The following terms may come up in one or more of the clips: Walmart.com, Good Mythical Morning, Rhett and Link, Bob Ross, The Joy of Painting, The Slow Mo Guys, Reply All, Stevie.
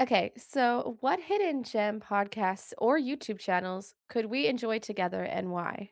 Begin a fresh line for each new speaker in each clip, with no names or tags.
Okay, so what hidden gem podcasts or YouTube channels could we enjoy together and why?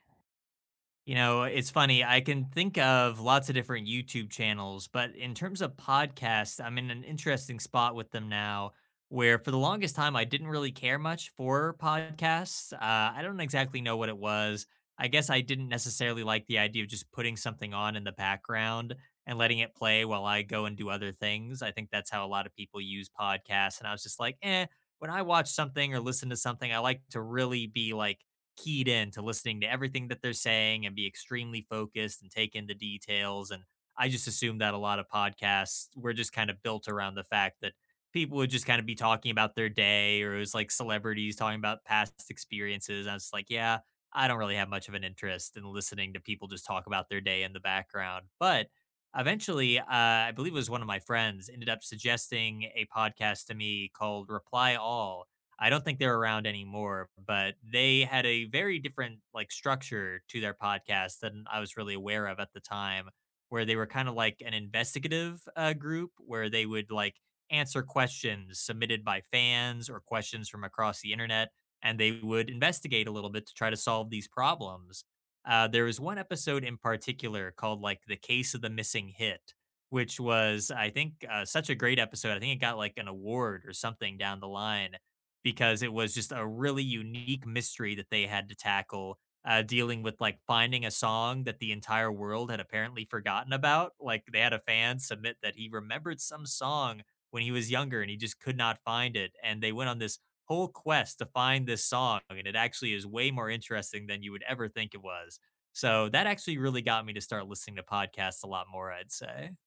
You know, it's funny. I can think of lots of different YouTube channels, but in terms of podcasts, I'm in an interesting spot with them now where for the longest time I didn't really care much for podcasts. I don't exactly know what it was. I guess I didn't necessarily like the idea of just putting something on in the background and letting it play while I go and do other things. I think that's how a lot of people use podcasts. And I was just like, eh, when I watch something or listen to something, I like to really be like, keyed in to listening to everything that they're saying and be extremely focused and take in the details. And I just assume that a lot of podcasts were just kind of built around the fact that people would just kind of be talking about their day or it was like celebrities talking about past experiences. I was just like, yeah, I don't really have much of an interest in listening to people just talk about their day in the background. But eventually, I believe it was one of my friends ended up suggesting a podcast to me called Reply All. I don't think they're around anymore, but they had a very different like structure to their podcast than I was really aware of at the time, where they were kind of like an investigative group where they would like answer questions submitted by fans or questions from across the internet, and they would investigate a little bit to try to solve these problems. There was one episode in particular called like the case of the missing hit, which was I think such a great episode. I think it got like an award or something down the line because it was just a really unique mystery that they had to tackle, dealing with, like, finding a song that the entire world had apparently forgotten about. Like, they had a fan submit that he remembered some song when he was younger and he just could not find it, and they went on this whole quest to find this song, and it actually is way more interesting than you would ever think it was. So, that actually really got me to start listening to podcasts a lot more, I'd say.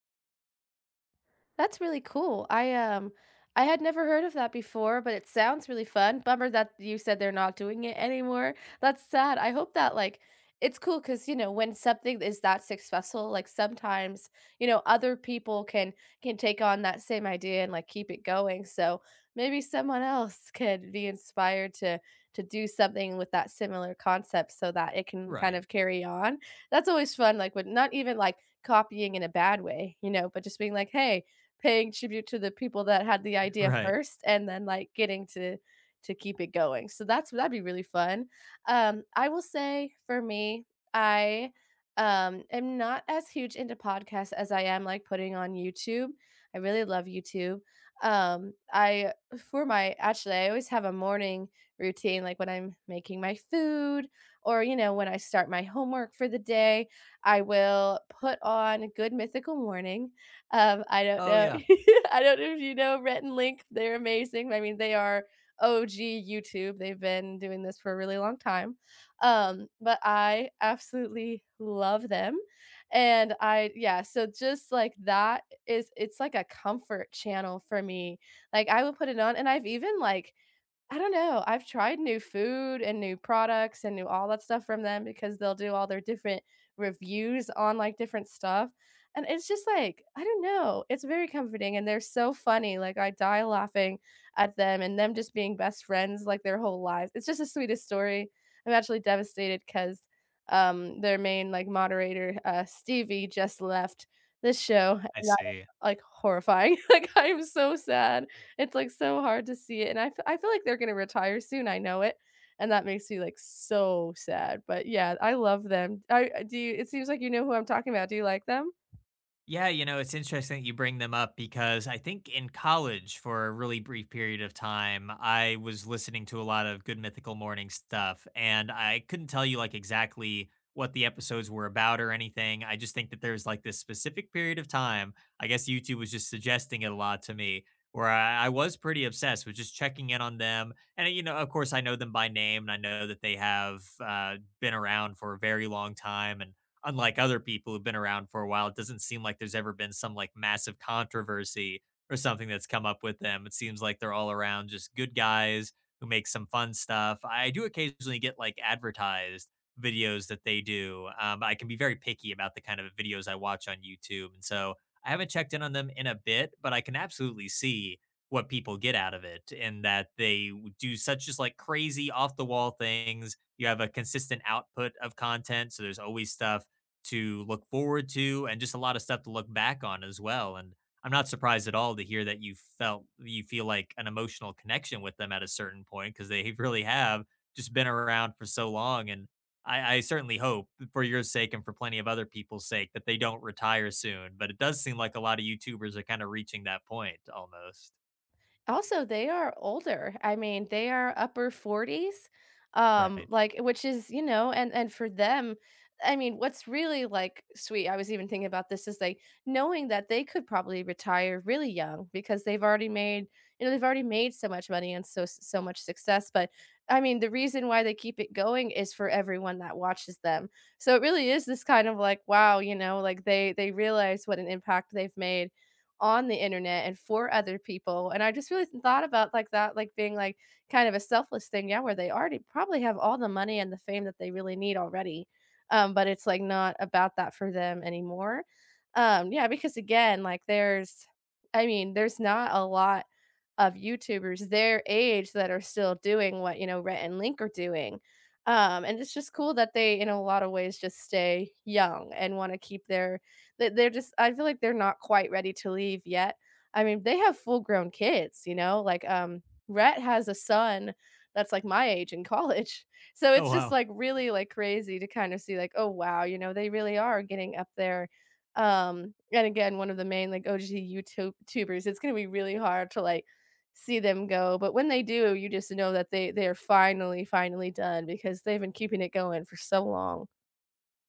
That's really cool. I had never heard of that before, but it sounds really fun. Bummer that you said they're not doing it anymore. That's sad. I hope that, like, it's cool because, you know, when something is that successful, like, sometimes you know other people can take on that same idea and, like, keep it going. So maybe someone else could be inspired to do something with that similar concept so that it can kind
Right,
of carry on. That's always fun. Like, with not even like copying in a bad way, you know, but just being like, hey, paying tribute to the people that had the idea
right.
first and then, like, getting to keep it going. So that'd be really fun. I will say for me, I, am not as huge into podcasts as I am, like, putting on YouTube. I really love YouTube. I for my actually, I always have a morning routine, like, when I'm making my food or, you know, when I start my homework for the day, I will put on Good Mythical Morning. I don't
Oh,
know.
yeah,
I don't know if you know Rhett and Link, they're amazing. I mean, they are OG YouTube. They've been doing this for a really long time. But I absolutely love them. And I, yeah, so just like that is it's like a comfort channel for me. Like, I would put it on and I've even like I don't know. I've tried new food and new products and new all that stuff from them because they'll do all their different reviews on, like, different stuff. And it's just like, I don't know. It's very comforting and they're so funny. Like, I die laughing at them and them just being best friends like their whole lives. It's just the sweetest story. I'm actually devastated because their main, like, moderator, Stevie, just left this show and that
I
was
see.
like horrifying. Like, I am so sad. It's, like, so hard to see it, and I feel like they're gonna retire soon, I know it, and that makes me, like, so sad, but, yeah, I love them. I, do you it seems like you know who I'm talking about. Do you like them?
Yeah, you know, it's interesting that you bring them up because I think in college, for a really brief period of time, I was listening to a lot of Good Mythical Morning stuff, and I couldn't tell you like exactly what the episodes were about or anything. I just think that there's like this specific period of time. I guess YouTube was just suggesting it a lot to me, where I was pretty obsessed with just checking in on them. And you know, of course, I know them by name, and I know that they have been around for a very long time, and unlike other people who've been around for a while, it doesn't seem like there's ever been some like massive controversy or something that's come up with them. It seems like they're all around just good guys who make some fun stuff. I do occasionally get like advertised videos that they do. I can be very picky about the kind of videos I watch on YouTube. And so I haven't checked in on them in a bit, but I can absolutely see what people get out of it and that do such just like crazy off the wall things. You have a consistent output of content. So there's always stuff to look forward to and just a lot of stuff to look back on as well. And I'm not surprised at all to hear that you feel like an emotional connection with them at a certain point because they really have just been around for so long. And I certainly hope for your sake and for plenty of other people's sake that they don't retire soon. But it does seem like a lot of YouTubers are kind of reaching that point almost.
Also, they are older. I mean, they are upper 40s,
Right.
like, which is, you know, and for them, I mean, what's really like sweet, I was even thinking about this is like knowing that they could probably retire really young because they've already made, you know, they've already made so much money and so much success. But I mean, the reason why they keep it going is for everyone that watches them. So it really is this kind of like, wow, you know, like they realize what an impact they've made on the internet and for other people. And I just really thought about like that, like being like kind of a selfless thing. Yeah, where they already probably have all the money and the fame that they really need already. But it's like not about that for them anymore. Yeah, because again, like there's I mean, there's not a lot of YouTubers their age that are still doing what, you know, Rhett and Link are doing. And it's just cool that they, in a lot of ways, just stay young and want to keep their they're just I feel like they're not quite ready to leave yet. I mean, they have full-grown kids, you know? Like, Rhett has a son that's, like, my age in college. So
Oh
it's just,
wow.
like, really, like, crazy to kind of see, like, oh, wow, you know, they really are getting up there. And again, one of the main, like, OG YouTube tubers, it's gonna be really hard to, like, see them go, but when they do, you just know that they are finally, finally done because they've been keeping it going for so long.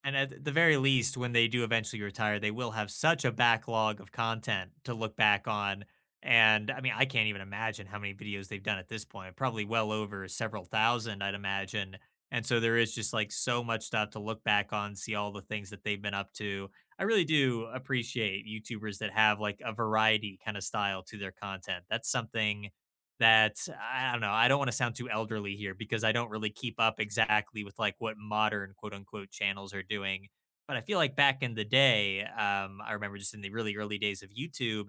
And at the very least, when they do eventually retire, they will have such a backlog of content to look back on. And I mean, I can't even imagine how many videos they've done at this point, probably well over several thousand, I'd imagine. And so there is just like so much stuff to look back on, see all the things that they've been up to. I really do appreciate YouTubers that have like a variety kind of style to their content. That's something that I don't know. I don't want to sound too elderly here because I don't really keep up exactly with like what modern quote unquote channels are doing. But I feel like back in the day, I remember just in the really early days of YouTube,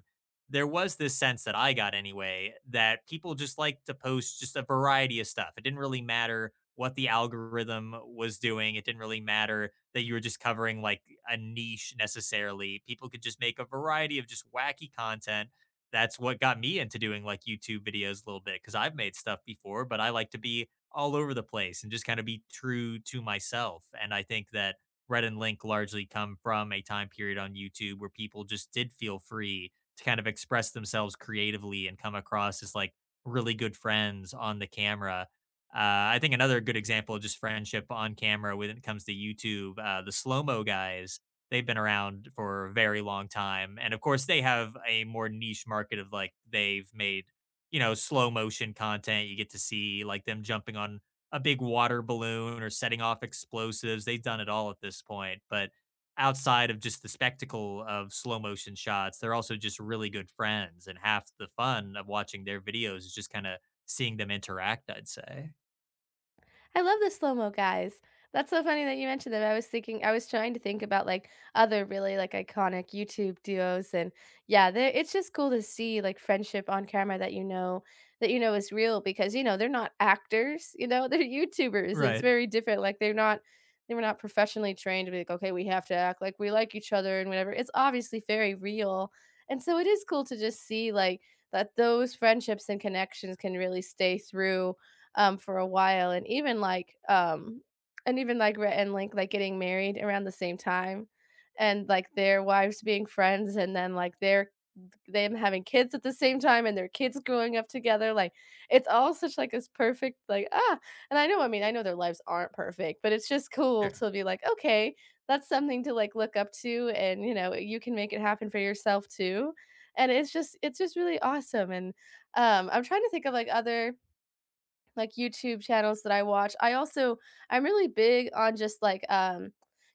there was this sense that I got anyway that people just like to post just a variety of stuff. It didn't really matter what the algorithm was doing, it didn't really matter that you were just covering like a niche necessarily. People could just make a variety of just wacky content. That's what got me into doing like YouTube videos a little bit because I've made stuff before, but I like to be all over the place and just kind of be true to myself. And I think that Red and Link largely come from a time period on YouTube where people just did feel free to kind of express themselves creatively and come across as like really good friends on the camera. I think another good example of just friendship on camera when it comes to YouTube, the slow mo guys. They've been around for a very long time, and of course, they have a more niche market of like they've made, you know, slow motion content. You get to see like them jumping on a big water balloon or setting off explosives. They've done it all at this point, but outside of just the spectacle of slow motion shots, they're also just really good friends, and half the fun of watching their videos is just kind of seeing them interact, I'd say.
I love the slow-mo guys. That's so funny that you mentioned them. I was thinking I was trying to think about, like, other really, like, iconic YouTube duos and yeah, they're it's just cool to see, like, friendship on camera that you know is real because, you know, they're not actors, you know, they're YouTubers. It's
Right.
very different, like, they're not they were not professionally trained to be like, "Okay, we have to act like we like each other and whatever." It's obviously very real, and so it is cool to just see, like, that those friendships and connections can really stay through for a while, and even like Rhett and Link like getting married around the same time, and like their wives being friends, and then like their them having kids at the same time, and their kids growing up together. Like, it's all such like this perfect like ah. And I know, I mean, I know their lives aren't perfect, but it's just cool
Sure.
to be like, okay, that's something to like look up to, and you know, you can make it happen for yourself too. And it's just really awesome. And I'm trying to think of like other like YouTube channels that I watch. I also I'm really big on just like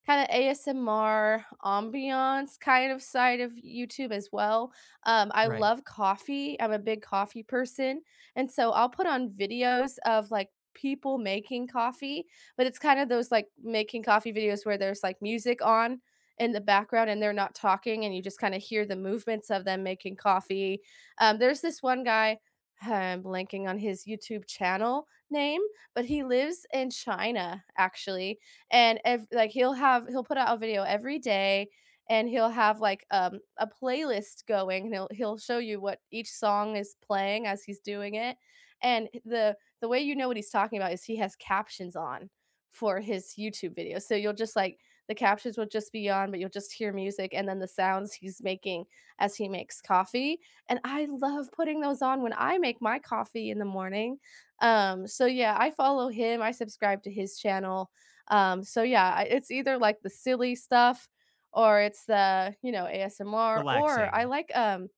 kind of ASMR ambiance kind of side of YouTube as well. I
Right.
love coffee. I'm a big coffee person. And so I'll put on videos of like people making coffee, but it's kind of those like making coffee videos where there's like music on in the background and they're not talking and you just kind of hear the movements of them making coffee. There's this one guy I'm blanking on his YouTube channel name, but he lives in China actually, and ev like, he'll put out a video every day, and he'll have, like, a playlist going, and he'll show you what each song is playing as he's doing it, and the way you know what he's talking about is he has captions on for his YouTube video, so you'll just, like the captions will just be on, but you'll just hear music and then the sounds he's making as he makes coffee, and I love putting those on when I make my coffee in the morning. So yeah, I follow him, I subscribe to his channel. So yeah, I it's either, like, the silly stuff or it's the, you know, ASMR or I
Relaxing.
like, um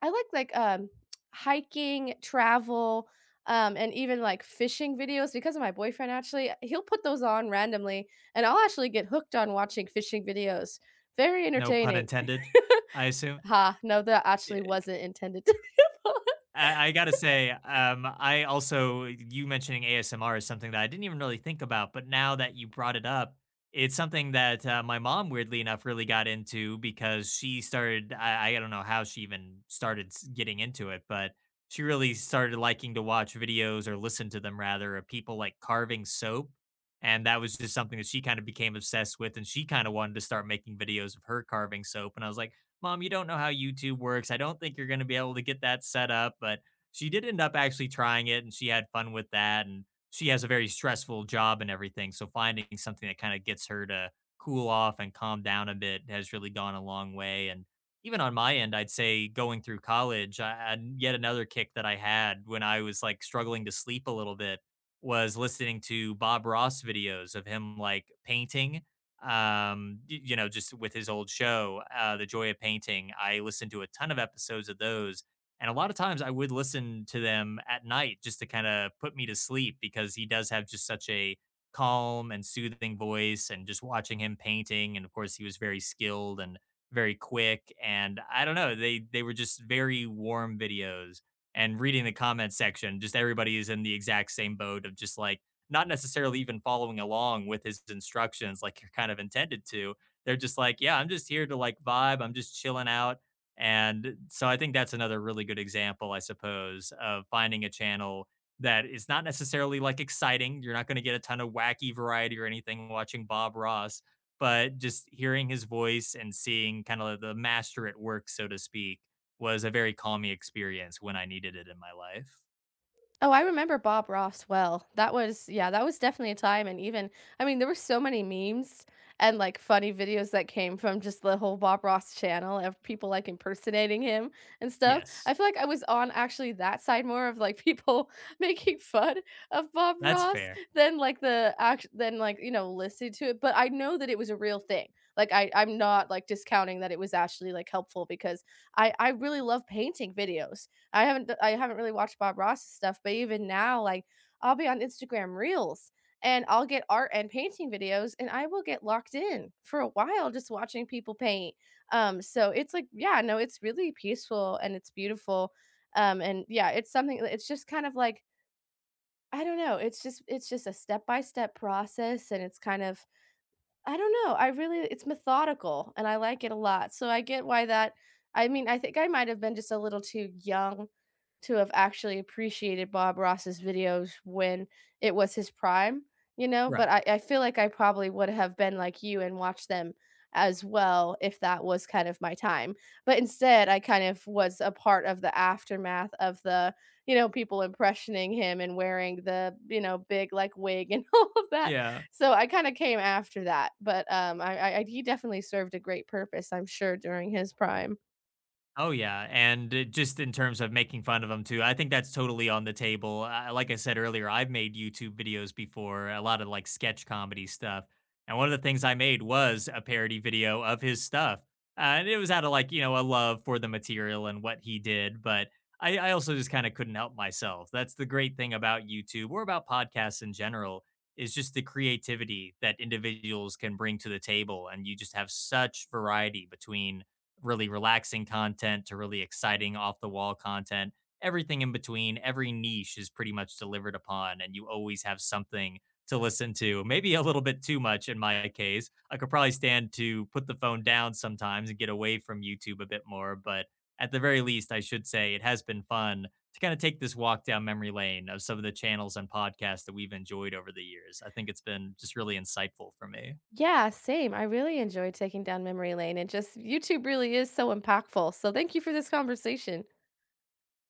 I like, hiking, travel, and even, like, fishing videos because of my boyfriend, actually, he'll put those on randomly, and I'll actually get hooked on watching fishing videos. Very
No pun
entertaining.
intended, I assume.
Ha, no, that actually wasn't intended to be.
I gotta say, I also you mentioning ASMR is something that I didn't even really think about, but now that you brought it up, it's something that my mom, weirdly enough, really got into because she started. I don't know how she even getting into it, but she really started liking to watch videos or listen to them rather of people like carving soap, and that was just something that she kind of became obsessed with, and she kind of wanted to start making videos of her carving soap, and I was like, Mom, you don't know how YouTube works. I don't think you're going to be able to get that set up. But she did end up actually trying it and she had fun with that. And she has a very stressful job and everything. So finding something that kind of gets her to cool off and calm down a bit has really gone a long way. And even on my end, I'd say going through college, I had yet another kick that I had when I was like struggling to sleep a little bit was listening to Bob Ross videos of him like painting. You know, just with his old show, The Joy of Painting. I listened to a ton of episodes of those, and a lot of times I would listen to them at night just to kind of put me to sleep because he does have just such a calm and soothing voice, and just watching him painting. And of course he was very skilled and very quick, and I don't know, they were just very warm videos. And reading the comment section, just everybody is in the exact same boat of just like not necessarily even following along with his instructions like you're kind of intended to. They're just like, yeah, I'm just here to like vibe. I'm just chilling out. And so I think that's another really good example, I suppose, of finding a channel that is not necessarily like exciting. You're not going to get a ton of wacky variety or anything watching Bob Ross, but just hearing his voice and seeing kind of the master at work, so to speak, was a very calming experience when I needed it in my life.
Oh, I remember Bob Ross well. That was yeah, that was definitely a time and even I mean, there were so many memes and, like, funny videos that came from just the whole Bob Ross channel of people, like, impersonating him and stuff. I
Yes,
feel like I was on actually that side more of, like, people making fun of Bob
that's
Ross
fair.
than, like, like, you know, listening to it, but I know that it was a real thing. Like, I'm not, like, discounting that it was actually, like, helpful because I really love painting videos. I haven't really watched Bob Ross's stuff, but even now, like, I'll be on Instagram Reels, and I'll get art and painting videos, and I will get locked in for a while just watching people paint. So it's like yeah, no, it's really peaceful and it's beautiful. And yeah, it's something it's just kind of like I don't know, it's just a step-by-step process, and it's kind of I don't know, I really it's methodical, and I like it a lot, so I get why that I mean, I think I might have been just a little too young to have actually appreciated Bob Ross's videos when it was his prime, you know, but
Right.
I feel like I probably would have been like you and watched them as well if that was kind of my time, but instead, I kind of was a part of the aftermath of the, you know, people impressioning him and wearing the, you know, big, like, wig and all of that,
Yeah.
so I kind of came after that, but he definitely served a great purpose, I'm sure, during his prime.
Oh yeah, and just in terms of making fun of them too, I think that's totally on the table. Like I said earlier, I've made YouTube videos before, a lot of like sketch comedy stuff, and one of the things I made was a parody video of his stuff, and it was out of like you know a love for the material and what he did, but I also just kind of couldn't help myself. That's the great thing about YouTube or about podcasts in general is just the creativity that individuals can bring to the table, and you just have such variety between really relaxing content to really exciting off the wall content. Everything in between, every niche is pretty much delivered upon, and you always have something to listen to. Maybe a little bit too much in my case. I could probably stand to put the phone down sometimes and get away from YouTube a bit more, but at the very least, I should say it has been fun to kind of take this walk down memory lane of some of the channels and podcasts that we've enjoyed over the years. I think it's been just really insightful for me.
Yeah, same. I really enjoyed taking down memory lane, and just YouTube really is so impactful. So thank you for this conversation.